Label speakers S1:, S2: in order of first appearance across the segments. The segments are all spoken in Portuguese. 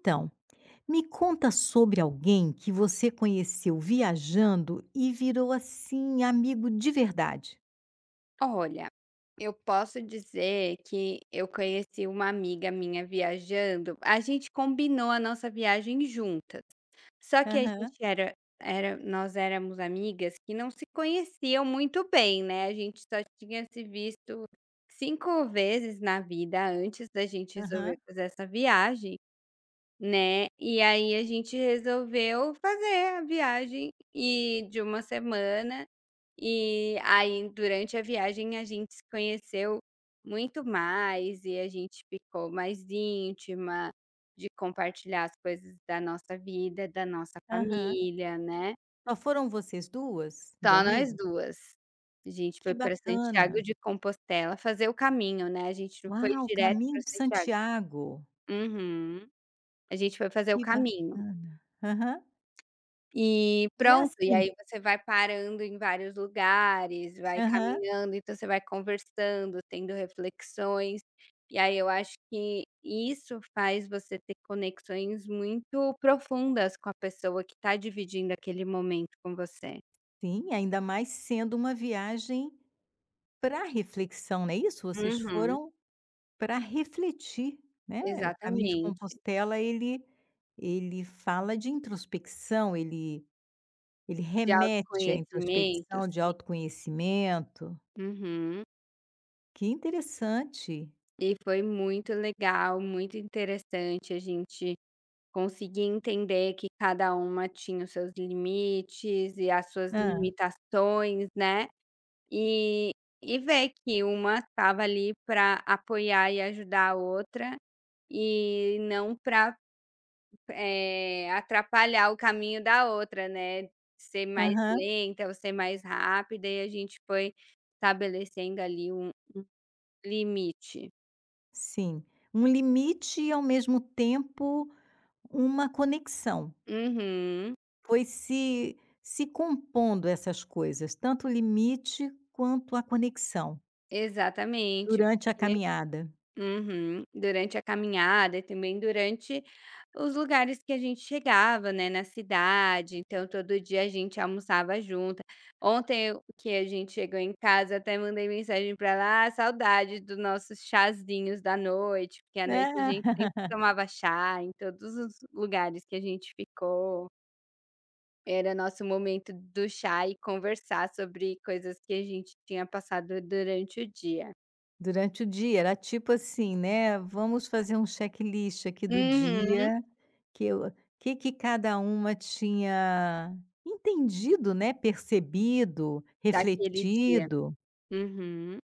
S1: Então, me conta sobre alguém que você conheceu viajando e virou assim amigo de verdade.
S2: Olha, eu posso dizer que eu conheci uma amiga minha viajando. A gente combinou a nossa viagem juntas. Só que a
S1: Aham,
S2: gente era, nós éramos amigas que não se conheciam muito bem, né? A gente só tinha se visto 5 vezes na vida antes da gente
S1: aham,
S2: resolver fazer essa viagem. Né, e aí a gente resolveu fazer a viagem e de uma semana, e aí durante a viagem a gente se conheceu muito mais e a gente ficou mais íntima, de compartilhar as coisas da nossa vida, da nossa
S1: aham.
S2: família, né,
S1: Só foram vocês 2 de
S2: só nós
S1: amigos?
S2: duas. A gente
S1: Que
S2: foi para
S1: bacana.
S2: Santiago de Compostela fazer o caminho, né, a gente não foi
S1: Uau,
S2: direto para
S1: Caminho de
S2: Santiago.
S1: Santiago,
S2: Uhum. A gente foi fazer o
S1: que
S2: caminho.
S1: bacana. Aham.
S2: E
S1: E
S2: pronto, e aí
S1: assim
S2: você vai parando em vários lugares, vai
S1: aham,
S2: caminhando, então você vai conversando, tendo reflexões, e aí eu acho que isso faz você ter conexões muito profundas com a pessoa que está dividindo aquele momento com você.
S1: sim, ainda mais sendo uma viagem para reflexão, não é isso? Vocês
S2: Uhum.
S1: foram para refletir, né, o caminho de
S2: Exatamente,
S1: Compostela ele fala de introspecção, ele
S2: de
S1: remete à
S2: autoconhecimento,
S1: introspecção, de
S2: sim.
S1: autoconhecimento.
S2: Uhum.
S1: Que interessante.
S2: E foi muito legal, muito interessante a gente consegui entender que cada uma tinha os seus limites e as suas
S1: Ah,
S2: limitações, né, e e ver que uma estava ali para apoiar e ajudar a outra, e não para atrapalhar o caminho da outra, né, ser mais
S1: aham.
S2: lenta ou ser mais rápida e a gente foi estabelecendo ali um limite.
S1: Sim. Um limite e ao mesmo tempo uma conexão.
S2: Uhum,
S1: Foi se compondo essas coisas, tanto o limite quanto a conexão,
S2: exatamente.
S1: durante a caminhada.
S2: Uhum. Durante a caminhada e também durante os lugares que a gente chegava, né, na cidade, então todo dia a gente almoçava junto. Ontem eu que a gente chegou em casa, até mandei mensagem para ela: "Ah, saudade dos nossos chazinhos da noite", porque à
S1: É.
S2: noite a gente sempre tomava chá em todos os lugares que a gente ficou. Era nosso momento do chá e conversar sobre coisas que a gente tinha passado durante o dia.
S1: Durante o dia, era tipo assim, né, vamos fazer um checklist aqui do
S2: Uhum.
S1: dia, que eu que cada uma tinha entendido, né, percebido,
S2: Daquele dia.
S1: refletido,
S2: Uhum.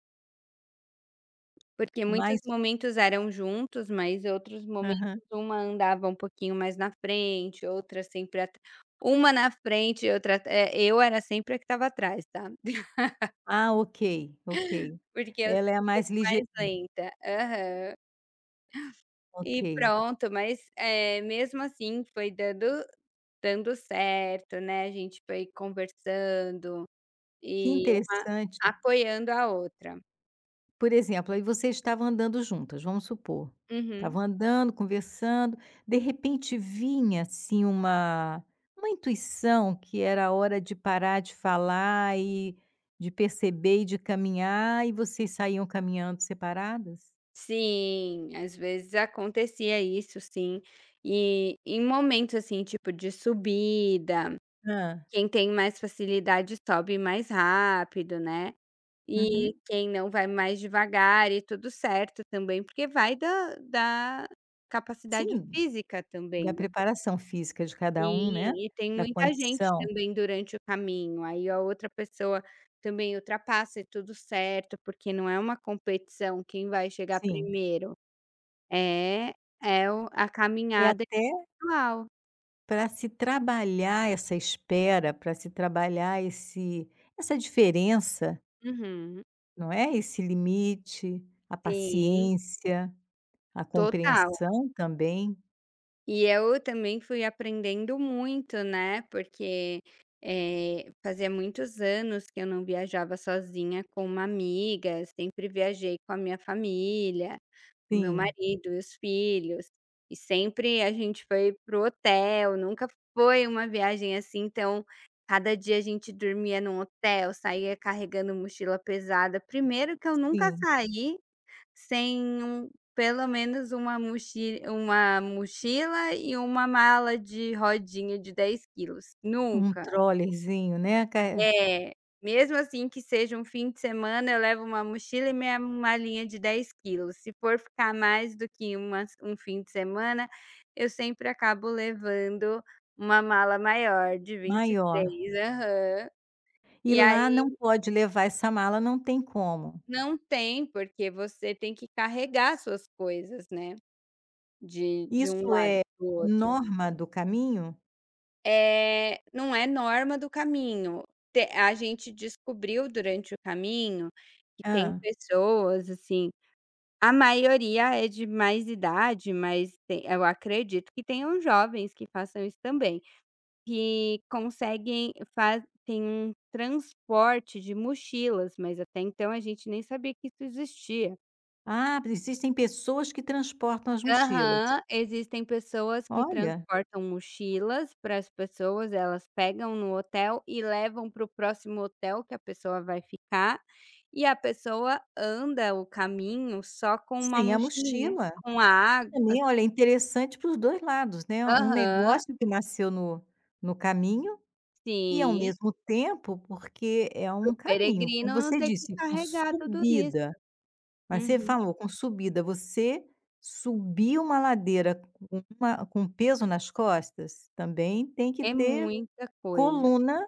S2: Porque muitos
S1: mas
S2: momentos eram juntos, mas outros momentos
S1: aham.
S2: uma andava um pouquinho mais na frente, outra sempre at uma na frente e outra eu era sempre a que estava atrás, tá.
S1: Ah, ok, ok.
S2: Porque eu
S1: Ela é a
S2: sempre fui
S1: mais ligeira.
S2: mais lenta. Aham. E
S1: Ok,
S2: pronto, mas, mesmo assim foi dando certo, né, a gente foi conversando
S1: que
S2: e uma
S1: interessante.
S2: apoiando a outra.
S1: Por exemplo, aí vocês estavam andando juntas, vamos supor.
S2: Uhum.
S1: Estavam andando, conversando, de repente vinha assim uma intuição que era a hora de parar de falar e de perceber e de caminhar, e vocês saíam caminhando separadas?
S2: Sim, às vezes acontecia isso sim, e em momentos, assim, tipo de subida,
S1: Hã.
S2: quem tem mais facilidade sobe mais rápido, né, e
S1: Uhum.
S2: quem não vai mais devagar e tudo certo também, porque vai da capacidade
S1: Sim,
S2: física também,
S1: da
S2: né.
S1: preparação física de cada um, né,
S2: Sim, e tem
S1: da
S2: muita gente
S1: condição.
S2: também durante o caminho, aí a outra pessoa também ultrapassa e tudo certo, porque não é uma competição quem vai chegar
S1: Sim.
S2: primeiro. É, é o a
S1: É
S2: caminhada
S1: até
S2: igual.
S1: para se trabalhar essa espera, para se trabalhar esse essa diferença.
S2: Uhum.
S1: Não é, esse limite, a
S2: Sim,
S1: paciência, a
S2: total.
S1: compreensão também.
S2: E eu também fui aprendendo muito, né, porque, fazia muitos anos que eu não viajava sozinha com uma amiga, sempre viajei com a minha família. O meu
S1: Sim,
S2: marido e os filhos, e sempre a gente foi pro hotel, nunca foi uma viagem assim, então cada dia a gente dormia num hotel, saía carregando mochila pesada. Primeiro que eu nunca
S1: sim,
S2: saí sem um pelo menos uma mochi uma mochila e uma mala de rodinha de 10 quilos,
S1: um
S2: nunca.
S1: trollerzinho, né, ca
S2: É, mesmo assim que seja um fim de semana, eu levo uma mochila e minha malinha de 10 quilos. Se for ficar mais do que umas um fim de semana, eu sempre acabo levando uma mala maior de
S1: maior.
S2: 23. Aham.
S1: E
S2: E
S1: lá
S2: aí
S1: não pode levar essa mala, não tem como.
S2: não tem, porque você tem que carregar suas coisas, né, de um
S1: Isso
S2: lado
S1: é
S2: para o outro.
S1: norma do caminho?
S2: É, não é norma do caminho. Te A gente descobriu durante o caminho que tem
S1: Hã.
S2: pessoas, assim. A maioria é de mais idade, mas tem, eu acredito que tenham jovens que façam isso também, que conseguem faz tem um transporte de mochilas, mas até então a gente nem sabia que isso existia.
S1: Ah, existem pessoas que transportam as mochilas.
S2: Aham, existem pessoas que
S1: Olha,
S2: transportam mochilas para as pessoas, elas pegam no hotel e levam para o próximo hotel que a pessoa vai ficar, e a pessoa anda o caminho só com uma
S1: sem a
S2: mochilinha,
S1: mochila,
S2: com a.
S1: também, olha, é interessante para os 2 lados, né, um
S2: Aham,
S1: negócio que nasceu no caminho. E ao
S2: sim,
S1: mesmo tempo, porque é
S2: para
S1: um
S2: o
S1: caminho, como
S2: peregrino não
S1: você
S2: ter que
S1: disse, com
S2: carregar tudo isso.
S1: subida, mas você
S2: Uhum,
S1: falou com subida, você subir uma ladeira com uma com peso nas costas, também tem que
S2: é
S1: ter
S2: muita coisa.
S1: coluna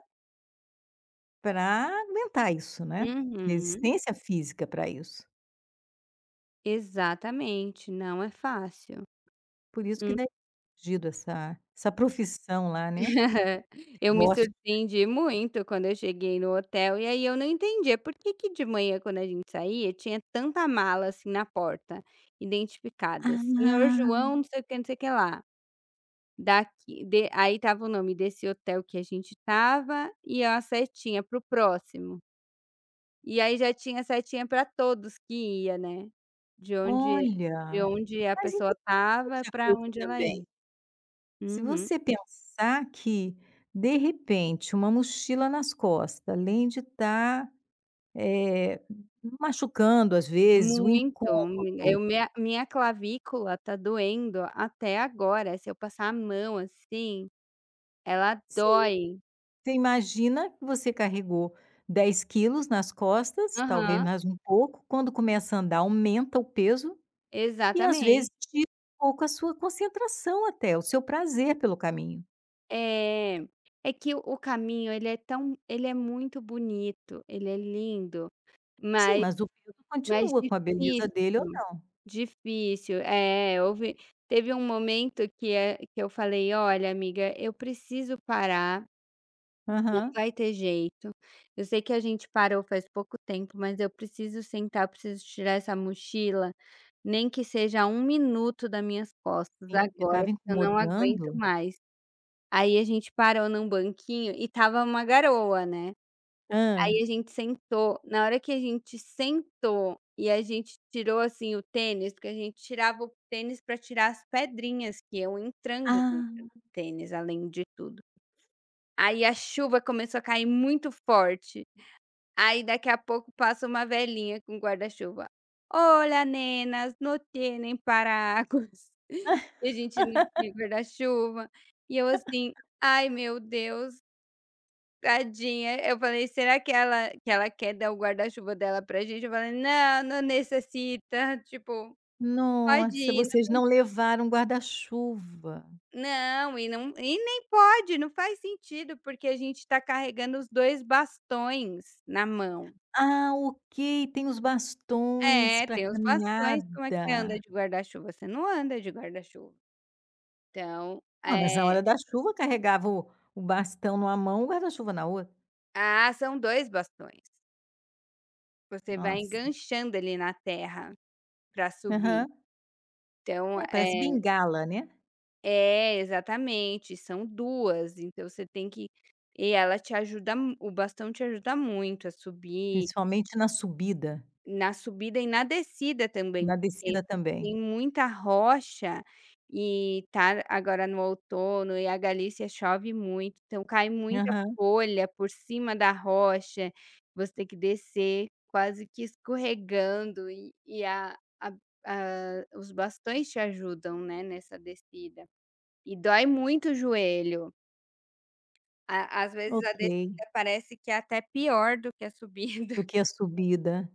S1: para aguentar isso, né,
S2: Uhum,
S1: resistência física para isso.
S2: exatamente, não é fácil.
S1: Por isso que
S2: Hum.
S1: deve ter surgido essa profissão lá, né,
S2: Eu me
S1: negócio.
S2: surpreendi muito quando eu cheguei no hotel, e aí eu não entendia por que que de manhã quando a gente saía tinha tanta mala, assim, na porta, identificada, senhor
S1: Ah,
S2: João não sei o que, não sei o que lá, daqui de aí tava o nome desse hotel que a gente tava e a setinha pro próximo. E aí já tinha setinha para todos que ia, né, de onde de
S1: olha,
S2: onde a
S1: mas
S2: pessoa estava
S1: interessante a
S2: para
S1: coisa
S2: onde ela ia.
S1: também. Se
S2: Uhum.
S1: você pensar que, de repente, uma mochila nas costas, além de estar, eh, machucando, às vezes, o
S2: Muito, eu
S1: incômodo
S2: minha clavícula tá doendo até agora, se eu passar a mão assim, ela
S1: sim,
S2: dói.
S1: você imagina que você carregou 10 quilos nas costas, talvez
S2: Aham,
S1: mais um pouco, quando começa a andar aumenta o peso e, às vezes,
S2: exatamente.
S1: tira um pouco a sua concentração até, o seu prazer pelo caminho.
S2: É, é que o caminho ele é tão ele é muito bonito, ele é lindo,
S1: Sim,
S2: mas
S1: mas o peso
S2: mas
S1: continua com a beleza
S2: difícil.
S1: dele ou
S2: Difícil. É, houve teve um momento que a que eu falei: "Olha, amiga, eu preciso parar,
S1: não.
S2: não
S1: Aham.
S2: vai ter jeito. Eu sei que a gente parou faz pouco tempo, mas eu preciso sentar, preciso tirar essa mochila, nem que seja um minuto das minhas costas
S1: Sim, porque
S2: agora,
S1: estava
S2: porque eu não aguento
S1: incomodando.
S2: mais". Aí a gente parou num banquinho e tava uma garoa, né. Aí a gente sentou, na hora que a gente sentou e a gente tirou, assim, o tênis, porque a gente tirava o tênis para tirar as pedrinhas que iam entrando dentro
S1: Ah,
S2: do tênis, além de tudo. Aí a chuva começou a cair muito forte, aí daqui a pouco passa uma velhinha com guarda-chuva: "Olha, nenas, no tienen paraguas". E a gente não tinha guarda-chuva, e eu assim: "Ai, meu Deus". Tadinha, eu falei: "Será que ela quer dar o guarda-chuva dela pra gente?". Eu falei: "Não, não necessita, tipo, pode
S1: nossa,
S2: ir,
S1: vocês
S2: não
S1: não
S2: tem".
S1: levaram guarda-chuva.
S2: Não, e não e nem pode, não faz sentido, porque a gente tá carregando os 2 bastões na mão.
S1: Ah, ok, tem os bastões
S2: É,
S1: para
S2: tem os bastões, como é que você anda
S1: caminhada.
S2: de guarda-chuva? Você não anda de guarda-chuva. Então,
S1: Ué, mas na
S2: é,
S1: hora da chuva carregava o bastão numa mão, o guarda-chuva na outra.
S2: ah, são 2 bastões, você vai
S1: Nossa.
S2: enganchando ali na terra pra subir.
S1: Aham.
S2: Então,
S1: É, parece bengala, né,
S2: É, exatamente, são 2. Então você tem que, e ela te ajuda mu o bastão te ajuda muito a subir,
S1: principalmente na subida,
S2: na subida e na descida também,
S1: na
S2: porque
S1: descida também.
S2: tem muita rocha e tá agora no outono e a Galícia chove muito, então cai muita
S1: Aham,
S2: folha por cima da rocha, você tem que descer quase que escorregando e a a os bastões te ajudam, né, nessa descida. E dói muito o joelho. A às vezes a
S1: ok,
S2: descida parece que é até pior do que a subida.
S1: do que a subida.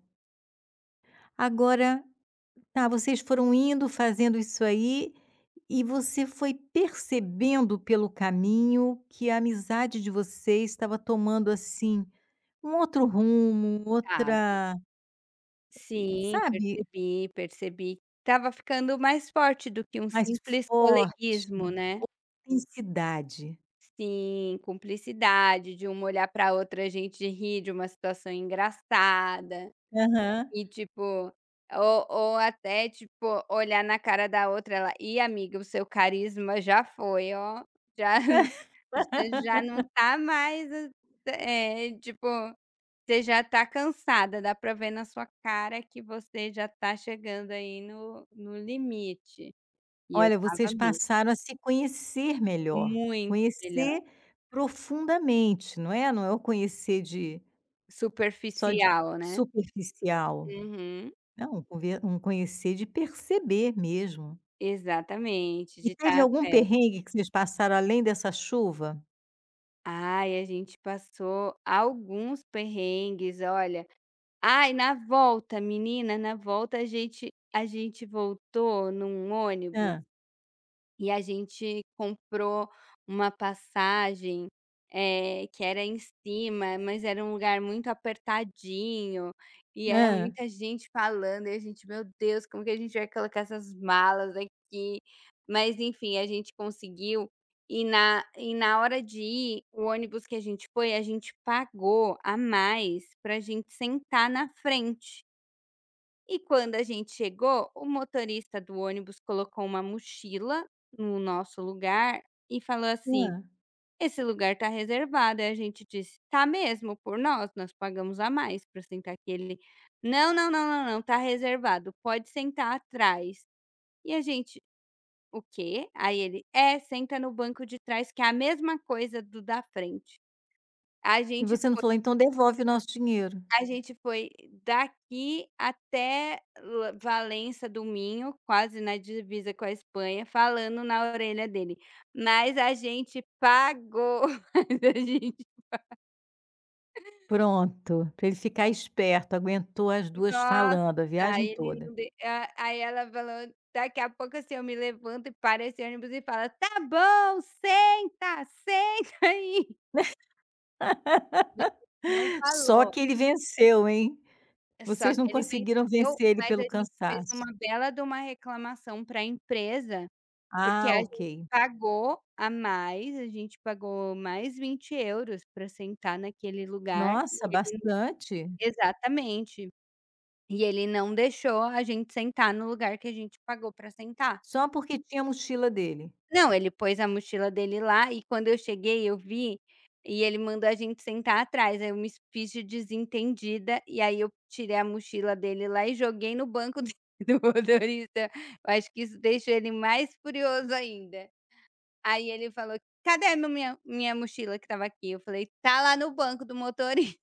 S1: Agora tá, vocês foram indo, fazendo isso aí, e você foi percebendo pelo caminho que a amizade de vocês estava tomando, assim, um outro rumo,
S2: Ah,
S1: outra,
S2: sim,
S1: sabe,
S2: percebi, percebi. Tava ficando mais forte do que um
S1: mais
S2: simples
S1: forte,
S2: coleguismo, né?
S1: intensidade.
S2: Sim, cumplicidade de uma olhar pra outra, a gente rir de uma situação engraçada.
S1: Aham.
S2: E tipo, ou até, tipo, olhar na cara da outra, ela: "E amiga, o seu carisma já foi, ó, já você já não tá mais a é, tipo, você já tá cansada, dá pra ver na sua cara que você já tá chegando aí no limite". E eu
S1: Olha,
S2: estava
S1: vocês
S2: mesmo,
S1: passaram a se conhecer melhor,
S2: muito
S1: conhecer
S2: melhor.
S1: profundamente, não é? Não é o conhecer de só de
S2: Superficial, né?
S1: superficial.
S2: Uhum.
S1: Não, conver um conhecer de perceber mesmo.
S2: Exatamente, de
S1: E teve
S2: estar.
S1: algum perrengue que vocês passaram além dessa chuva?
S2: Ai, a gente passou alguns perrengues, olha. Ai, na volta, menina, na volta a gente voltou num ônibus
S1: Hã,
S2: e a gente comprou uma passagem, que era em cima, mas era um lugar muito apertadinho, e era
S1: hã,
S2: muita gente falando, e a gente: "Meu Deus, como que a gente vai colocar essas malas aqui?". Mas enfim, a gente conseguiu, e na hora de ir, o ônibus que a gente foi, a gente pagou a mais para a gente sentar na frente. E quando a gente chegou, o motorista do ônibus colocou uma mochila no nosso lugar e falou
S1: hã.
S2: assim: "Esse lugar tá reservado". Aí a gente disse: "Tá mesmo, por nós, nós pagamos a mais para sentar aqui". Ele: "Não, não, não, não, não, tá reservado, pode sentar atrás". E a gente: "O quê?". Aí ele: "É, senta no banco de trás que é a mesma coisa do da frente". A
S1: E
S2: gente,
S1: você não falou: "Então devolve o nosso dinheiro".
S2: a gente foi daqui até La Valença do Minho, quase na divisa com a Espanha, falando na orelha dele: "Mas a gente pagou, mas a gente".
S1: Pronto, para ele ficar esperto, aguentou as duas
S2: Nossa,
S1: falando a viagem
S2: ele
S1: toda.
S2: não de a aí ela falou: "Daqui a pouco, assim, eu me levanto e paro esse ônibus e fala 'Tá bom, senta, senta aí'". Mas ele não
S1: Só
S2: falou,
S1: que ele venceu, hein.
S2: só
S1: Vocês não
S2: que ele
S1: conseguiram
S2: venceu,
S1: vencer ele
S2: mas a
S1: pelo
S2: gente fez uma
S1: cansaço.
S2: bela de uma reclamação para a empresa. Porque
S1: Ah,
S2: a gente
S1: ok.
S2: pagou a mais, a gente pagou mais 20 euros para sentar naquele lugar e
S1: Nossa,
S2: ele,
S1: bastante?
S2: exatamente. E ele não deixou a gente sentar no lugar que a gente pagou para sentar.
S1: Só porque tinha a mochila dele?
S2: Não, ele pôs a mochila dele lá e quando eu cheguei eu vi, e ele mandou a gente sentar atrás, aí eu me fiz de desentendida, e aí eu tirei a mochila dele lá e joguei no banco do motorista. Eu acho que isso deixou ele mais furioso ainda. Aí ele falou: "Cadê meu minha minha mochila que estava aqui?". Eu falei: "Tá lá no banco do motorista".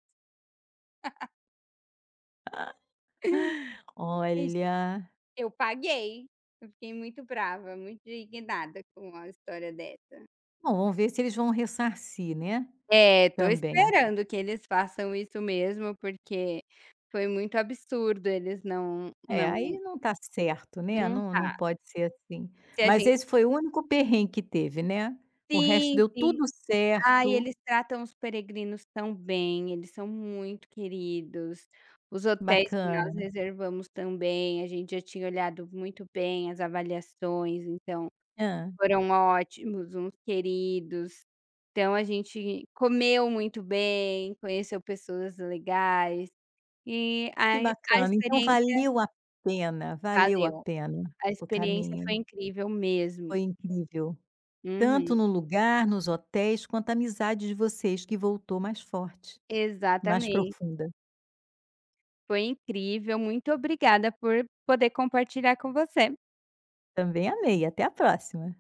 S1: Olha,
S2: Eu paguei. Eu fiquei muito brava, muito indignada com a história dessa.
S1: bom, vamos ver se eles vão ressarcir, né.
S2: É, tô
S1: Também.
S2: esperando que eles façam isso mesmo, porque foi muito absurdo eles não
S1: É,
S2: não
S1: aí não tá certo, né,
S2: não
S1: não
S2: tá.
S1: pode ser assim.
S2: Se a
S1: Mas
S2: gente,
S1: esse foi o único perrengue que teve, né. O resto
S2: sim,
S1: deu
S2: sim.
S1: tudo
S2: Ah, e
S1: certo.
S2: eles tratam os peregrinos tão bem, eles são muito queridos. Os hotéis que nós
S1: Bacana.
S2: reservamos também, a gente já tinha olhado muito bem as avaliações, então
S1: Hã.
S2: foram ótimos, uns queridos. Então a gente comeu muito bem, conheceu pessoas legais e
S1: Que
S2: a
S1: bacana, então
S2: experiência
S1: valeu a
S2: valeu.
S1: pena
S2: A
S1: o
S2: experiência
S1: caminho.
S2: foi incrível mesmo.
S1: Foi incrível.
S2: Uhum,
S1: Tanto no lugar, nos hotéis, quanto a amizade de vocês que voltou mais forte, mais
S2: exatamente.
S1: profunda.
S2: Foi incrível, muito obrigada por poder compartilhar com você.
S1: Também amei, até a próxima.